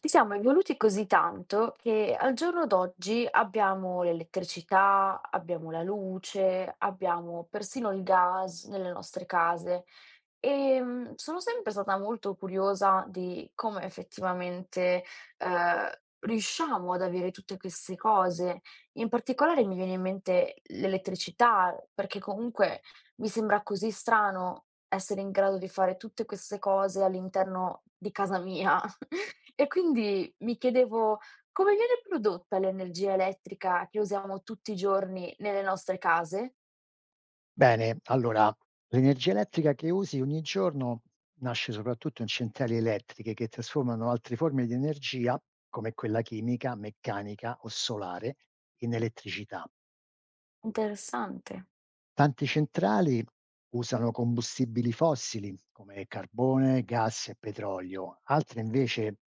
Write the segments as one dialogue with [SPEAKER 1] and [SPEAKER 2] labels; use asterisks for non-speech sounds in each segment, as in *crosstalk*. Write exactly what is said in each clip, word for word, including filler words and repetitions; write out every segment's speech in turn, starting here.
[SPEAKER 1] Ci siamo evoluti così tanto che al giorno d'oggi abbiamo l'elettricità, abbiamo la luce, abbiamo persino il gas nelle nostre case. Ehm, sono sempre stata molto curiosa di come effettivamente, ehm, riusciamo ad avere tutte queste cose. In particolare mi viene in mente l'elettricità, perché comunque mi sembra così strano essere in grado di fare tutte queste cose all'interno di casa mia. *laughs* E quindi mi chiedevo: come viene prodotta l'energia elettrica che usiamo tutti i giorni nelle nostre case?
[SPEAKER 2] Bene, allora l'energia elettrica che usi ogni giorno nasce soprattutto in centrali elettriche che trasformano altre forme di energia, come quella chimica, meccanica o solare, in elettricità.
[SPEAKER 1] Interessante.
[SPEAKER 2] Tante centrali usano combustibili fossili come carbone, gas e petrolio, altre invece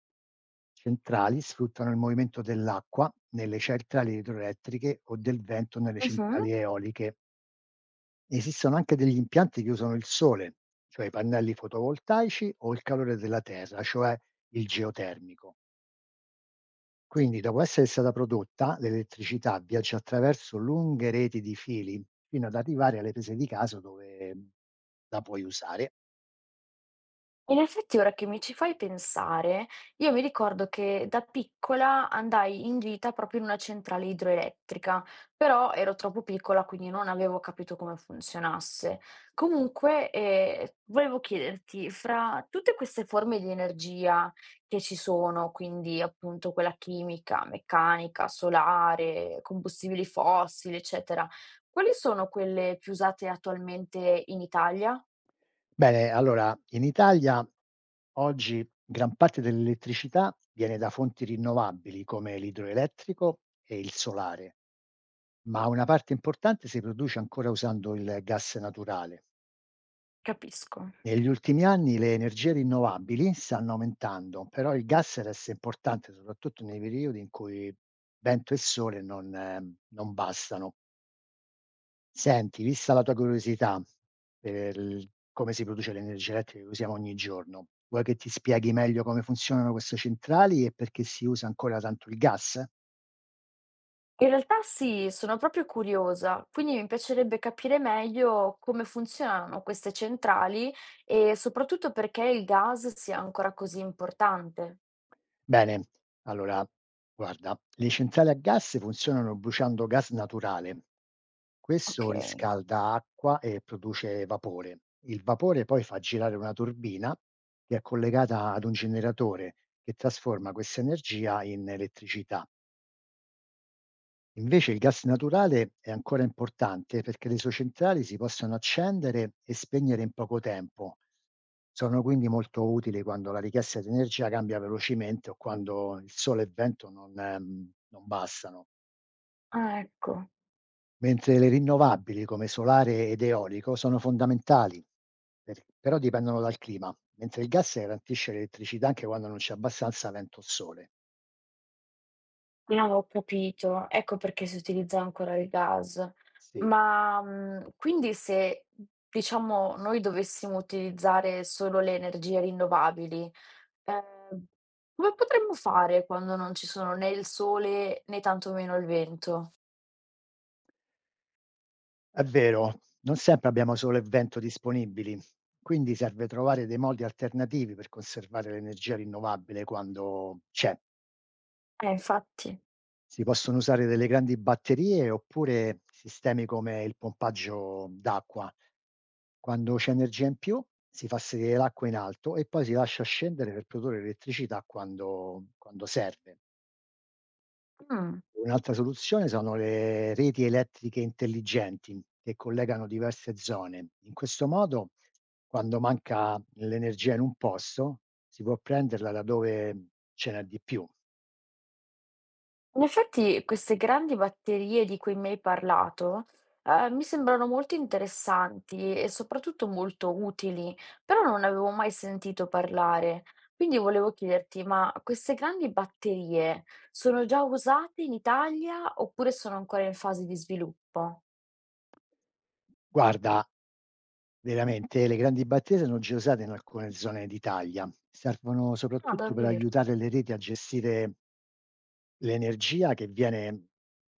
[SPEAKER 2] centrali sfruttano il movimento dell'acqua nelle centrali idroelettriche o del vento nelle
[SPEAKER 1] Mh-mh.
[SPEAKER 2] centrali eoliche. Esistono anche degli impianti che usano il sole, cioè i pannelli fotovoltaici o il calore della terra, cioè il geotermico. Quindi, dopo essere stata prodotta, l'elettricità viaggia attraverso lunghe reti di fili fino ad arrivare alle prese di casa dove mh, la puoi usare.
[SPEAKER 1] In effetti ora che mi ci fai pensare, io mi ricordo che da piccola andai in gita proprio in una centrale idroelettrica, però ero troppo piccola, quindi non avevo capito come funzionasse. Comunque, eh, volevo chiederti, fra tutte queste forme di energia che ci sono, quindi appunto quella chimica, meccanica, solare, combustibili fossili, eccetera, quali sono quelle più usate attualmente in Italia?
[SPEAKER 2] Bene, allora, in Italia oggi gran parte dell'elettricità viene da fonti rinnovabili come l'idroelettrico e il solare, ma una parte importante si produce ancora usando il gas naturale.
[SPEAKER 1] Capisco.
[SPEAKER 2] Negli ultimi anni le energie rinnovabili stanno aumentando, però il gas resta importante soprattutto nei periodi in cui vento e sole non eh, non bastano. Senti, vista la tua curiosità per il come si produce l'energia elettrica che usiamo ogni giorno, vuoi che ti spieghi meglio come funzionano queste centrali e perché si usa ancora tanto il gas?
[SPEAKER 1] In realtà sì, sono proprio curiosa, quindi mi piacerebbe capire meglio come funzionano queste centrali e soprattutto perché il gas sia ancora così importante.
[SPEAKER 2] Bene, allora guarda, le centrali a gas funzionano bruciando gas naturale.
[SPEAKER 1] Ok.
[SPEAKER 2] Questo riscalda acqua e produce vapore. Il vapore poi fa girare una turbina che è collegata ad un generatore che trasforma questa energia in elettricità. Invece il gas naturale è ancora importante perché le sue centrali si possono accendere e spegnere in poco tempo. Sono quindi molto utili quando la richiesta di energia cambia velocemente o quando il sole e il vento non, ehm, non bastano.
[SPEAKER 1] Ah, ecco,
[SPEAKER 2] Mentre le rinnovabili come solare ed eolico sono fondamentali, per- però dipendono dal clima, mentre il gas garantisce l'elettricità anche quando non c'è abbastanza vento o sole.
[SPEAKER 1] non avevo capito, ecco perché si utilizza ancora il gas.
[SPEAKER 2] Sì.
[SPEAKER 1] Ma mm, quindi se diciamo noi dovessimo utilizzare solo le energie rinnovabili, eh, come potremmo fare quando non ci sono né il sole né tantomeno il vento?
[SPEAKER 2] È vero, non sempre abbiamo sole e vento disponibili, quindi serve trovare dei modi alternativi per conservare l'energia rinnovabile quando c'è.
[SPEAKER 1] Eh, infatti.
[SPEAKER 2] Si possono usare delle grandi batterie oppure sistemi come il pompaggio d'acqua. Quando c'è energia in più, si fa sedere l'acqua in alto e poi si lascia scendere per produrre elettricità quando, quando serve.
[SPEAKER 1] Mh.
[SPEAKER 2] Un'altra soluzione sono le reti elettriche intelligenti che collegano diverse zone. In questo modo, quando manca l'energia in un posto, si può prenderla da dove ce n'è di più.
[SPEAKER 1] In effetti queste grandi batterie di cui mi hai parlato, ehm, mi sembrano molto interessanti e soprattutto molto utili, però non ne avevo mai sentito parlare. Quindi volevo chiederti, ma queste grandi batterie sono già usate in Italia oppure sono ancora in fase di sviluppo?
[SPEAKER 2] Guarda, veramente le grandi batterie sono già usate in alcune zone d'Italia. Servono
[SPEAKER 1] Ah,
[SPEAKER 2] soprattutto per
[SPEAKER 1] davvero?
[SPEAKER 2] aiutare le reti a gestire l'energia che viene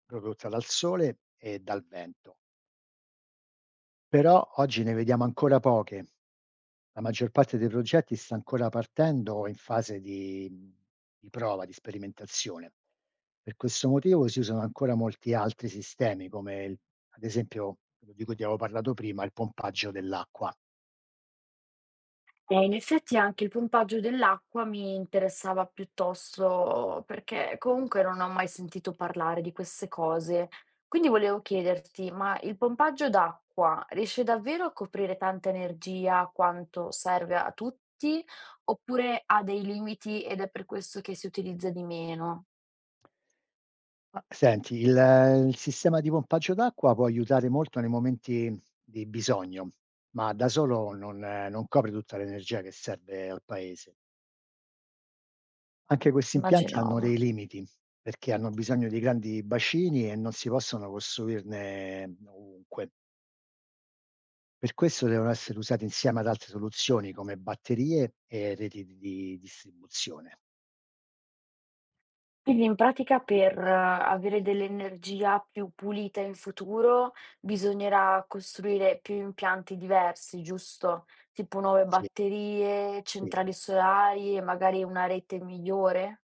[SPEAKER 2] prodotta dal sole e dal vento. Però oggi ne vediamo ancora poche. La maggior parte dei progetti sta ancora partendo o in fase di mhmm, di prova, di sperimentazione. Per questo motivo si usano ancora molti altri sistemi come il ad esempio, quello di cui ti avevo parlato prima, il pompaggio dell'acqua.
[SPEAKER 1] Eh, in effetti anche il pompaggio dell'acqua mi interessava piuttosto, perché comunque non ho mai sentito parlare di queste cose. Quindi volevo chiederti, ma il pompaggio d'acqua riesce davvero a coprire tanta energia quanto serve a tutti, oppure ha dei limiti ed è per questo che si utilizza di meno?
[SPEAKER 2] Ma senti, il il sistema di pompaggio d'acqua può aiutare molto nei momenti di bisogno, ma da solo non eh, non copre tutta l'energia che serve al paese. Anche questi impianti hanno
[SPEAKER 1] Immaginavo.
[SPEAKER 2] dei limiti, perché hanno bisogno di grandi bacini e non si possono costruirne ovunque. Per questo devono essere usati insieme ad altre soluzioni come batterie e reti di di distribuzione.
[SPEAKER 1] Quindi in pratica per eh, avere dell'energia più pulita in futuro bisognerà costruire più impianti diversi, giusto? Tipo nuove
[SPEAKER 2] Sì,
[SPEAKER 1] batterie,
[SPEAKER 2] sì,
[SPEAKER 1] centrali solari e magari una rete migliore?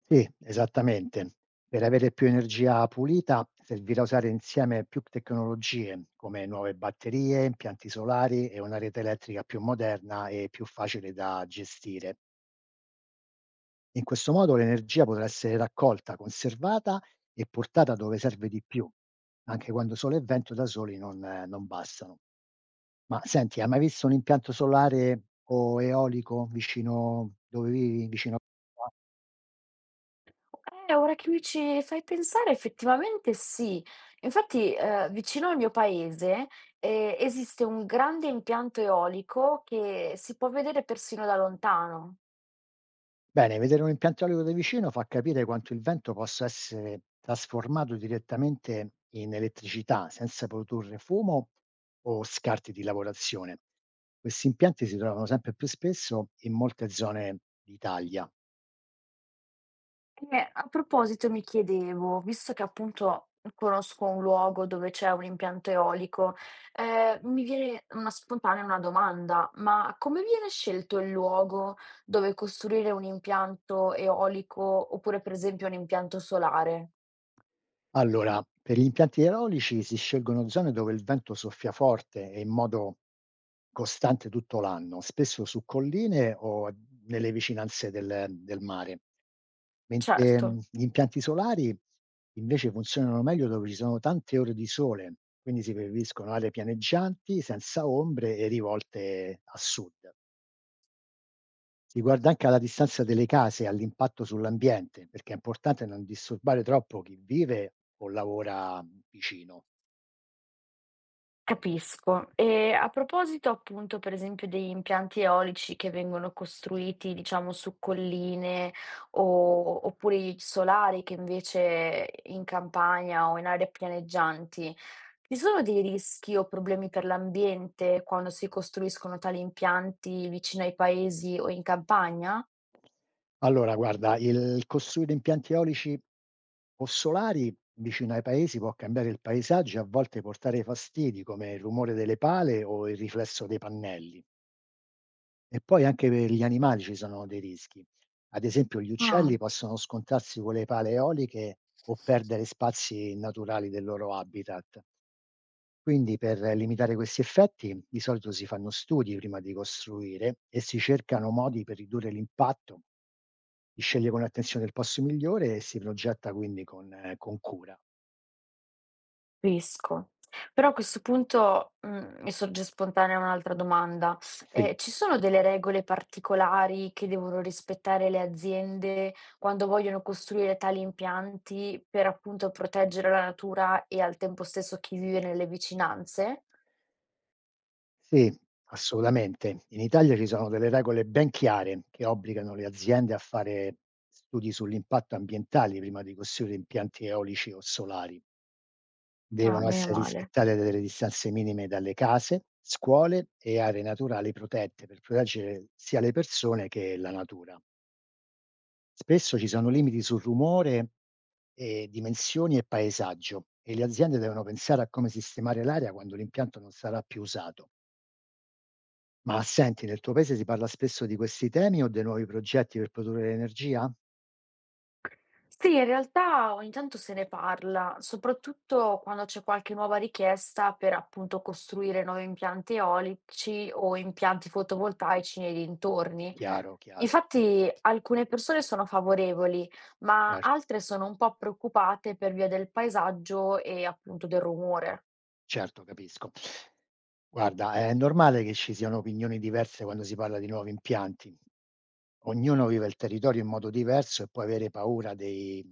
[SPEAKER 2] sì, esattamente. Per avere più energia pulita servirà usare insieme più tecnologie, come nuove batterie, impianti solari e una rete elettrica più moderna e più facile da gestire. In questo modo l'energia potrà essere raccolta, conservata e portata dove serve di più, anche quando sole e vento da soli non eh, non bastano. Ma senti, hai mai visto un impianto solare o eolico vicino dove vivi, vicino a qua?
[SPEAKER 1] Eh, ora che mi ci fai pensare, effettivamente sì. Infatti, eh, vicino al mio paese, eh, esiste un grande impianto eolico che si può vedere persino da lontano.
[SPEAKER 2] Bene, vedere un impianto eolico da vicino fa capire quanto il vento possa essere trasformato direttamente in elettricità, senza produrre fumo o scarti di lavorazione. Questi impianti si trovano sempre più spesso in molte zone d'Italia.
[SPEAKER 1] Eh, a proposito mi chiedevo, visto che appunto conosco un luogo dove c'è un impianto eolico, eh, mi viene una spontanea una domanda, ma come viene scelto il luogo dove costruire un impianto eolico oppure per esempio un impianto solare?
[SPEAKER 2] Allora, per gli impianti idraulici si scelgono zone dove il vento soffia forte e in modo costante tutto l'anno, spesso su colline o nelle vicinanze del del mare. Mentre, mhmm,
[SPEAKER 1] Certo.
[SPEAKER 2] gli impianti solari invece funzionano meglio dove ci sono tante ore di sole, quindi si preferiscono aree pianeggianti, senza ombre e rivolte a sud. Si guarda anche alla distanza delle case e all'impatto sull'ambiente, perché è importante non disturbare troppo chi vive o lavora vicino.
[SPEAKER 1] Capisco. E a proposito appunto per esempio degli impianti eolici che vengono costruiti diciamo su colline o oppure i solari che invece in campagna o in aree pianeggianti, ci sono dei rischi o problemi per l'ambiente quando si costruiscono tali impianti vicino ai paesi o in campagna?
[SPEAKER 2] Allora, guarda, il costruire impianti eolici o solari vicino ai paesi può cambiare il paesaggio e a volte portare fastidi come il rumore delle pale o il riflesso dei pannelli. E poi anche per gli animali ci sono dei rischi. Ad esempio, gli
[SPEAKER 1] Ah.
[SPEAKER 2] uccelli possono scontrarsi con le pale eoliche o perdere spazi naturali del loro habitat. Quindi per limitare questi effetti, di solito si fanno studi prima di costruire e si cercano modi per ridurre l'impatto, si sceglie con attenzione il posto migliore e si progetta quindi con eh, con cura.
[SPEAKER 1] Capisco. Però a questo punto, mhmm, mi sorge spontanea un'altra domanda:
[SPEAKER 2] Sì.
[SPEAKER 1] ehm, ci sono delle regole particolari che devono rispettare le aziende quando vogliono costruire tali impianti per, appunto, proteggere la natura e al tempo stesso chi vive nelle vicinanze?
[SPEAKER 2] Sì, assolutamente. In Italia ci sono delle regole ben chiare che obbligano le aziende a fare studi sull'impatto ambientale prima di costruire impianti eolici o solari.
[SPEAKER 1] Ah,
[SPEAKER 2] Devono
[SPEAKER 1] meno
[SPEAKER 2] essere
[SPEAKER 1] male.
[SPEAKER 2] rispettate delle distanze minime dalle case, scuole e aree naturali protette per proteggere sia le persone che la natura. Spesso ci sono limiti sul rumore, e dimensioni e paesaggio e le aziende devono pensare a come sistemare l'area quando l'impianto non sarà più usato. Ma senti, nel tuo paese si parla spesso di questi temi o dei nuovi progetti per produrre energia?
[SPEAKER 1] Sì, in realtà ogni tanto se ne parla, soprattutto quando c'è qualche nuova richiesta per, appunto, costruire nuovi impianti eolici o impianti fotovoltaici nei dintorni.
[SPEAKER 2] Chiaro, chiaro.
[SPEAKER 1] Infatti alcune persone sono favorevoli, ma
[SPEAKER 2] Certo.
[SPEAKER 1] altre sono un po' preoccupate per via del paesaggio e appunto del rumore,
[SPEAKER 2] Certo, capisco. Guarda, è normale che ci siano opinioni diverse quando si parla di nuovi impianti. Ognuno vive il territorio in modo diverso e può avere paura dei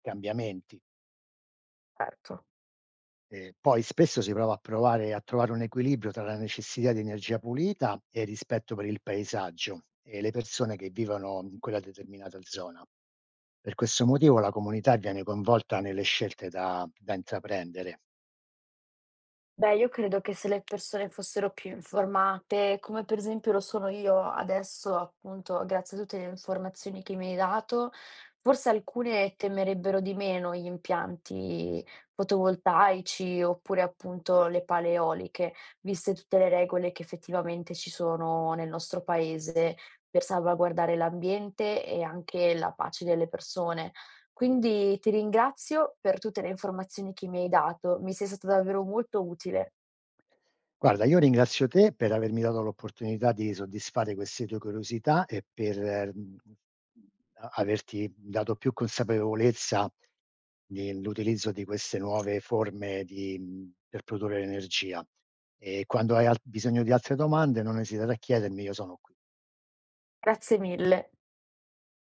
[SPEAKER 2] cambiamenti.
[SPEAKER 1] certo.
[SPEAKER 2] Eh, poi spesso si prova a provare a trovare un equilibrio tra la necessità di energia pulita e il rispetto per il paesaggio e le persone che vivono in quella determinata zona. Per questo motivo la comunità viene coinvolta nelle scelte da da intraprendere.
[SPEAKER 1] Beh, io credo che se le persone fossero più informate, come per esempio lo sono io adesso, appunto, grazie a tutte le informazioni che mi hai dato, forse alcune temerebbero di meno gli impianti fotovoltaici oppure appunto le pale eoliche, viste tutte le regole che effettivamente ci sono nel nostro paese per salvaguardare l'ambiente e anche la pace delle persone. Quindi ti ringrazio per tutte le informazioni che mi hai dato, mi sei stata davvero molto utile.
[SPEAKER 2] Guarda, io ringrazio te per avermi dato l'opportunità di soddisfare queste tue curiosità e per, mhmm, a averti dato più consapevolezza nell'utilizzo di queste nuove forme di mhmm, per produrre energia. E quando hai al bisogno di altre domande non esitare a chiedermi, io sono qui.
[SPEAKER 1] Grazie mille.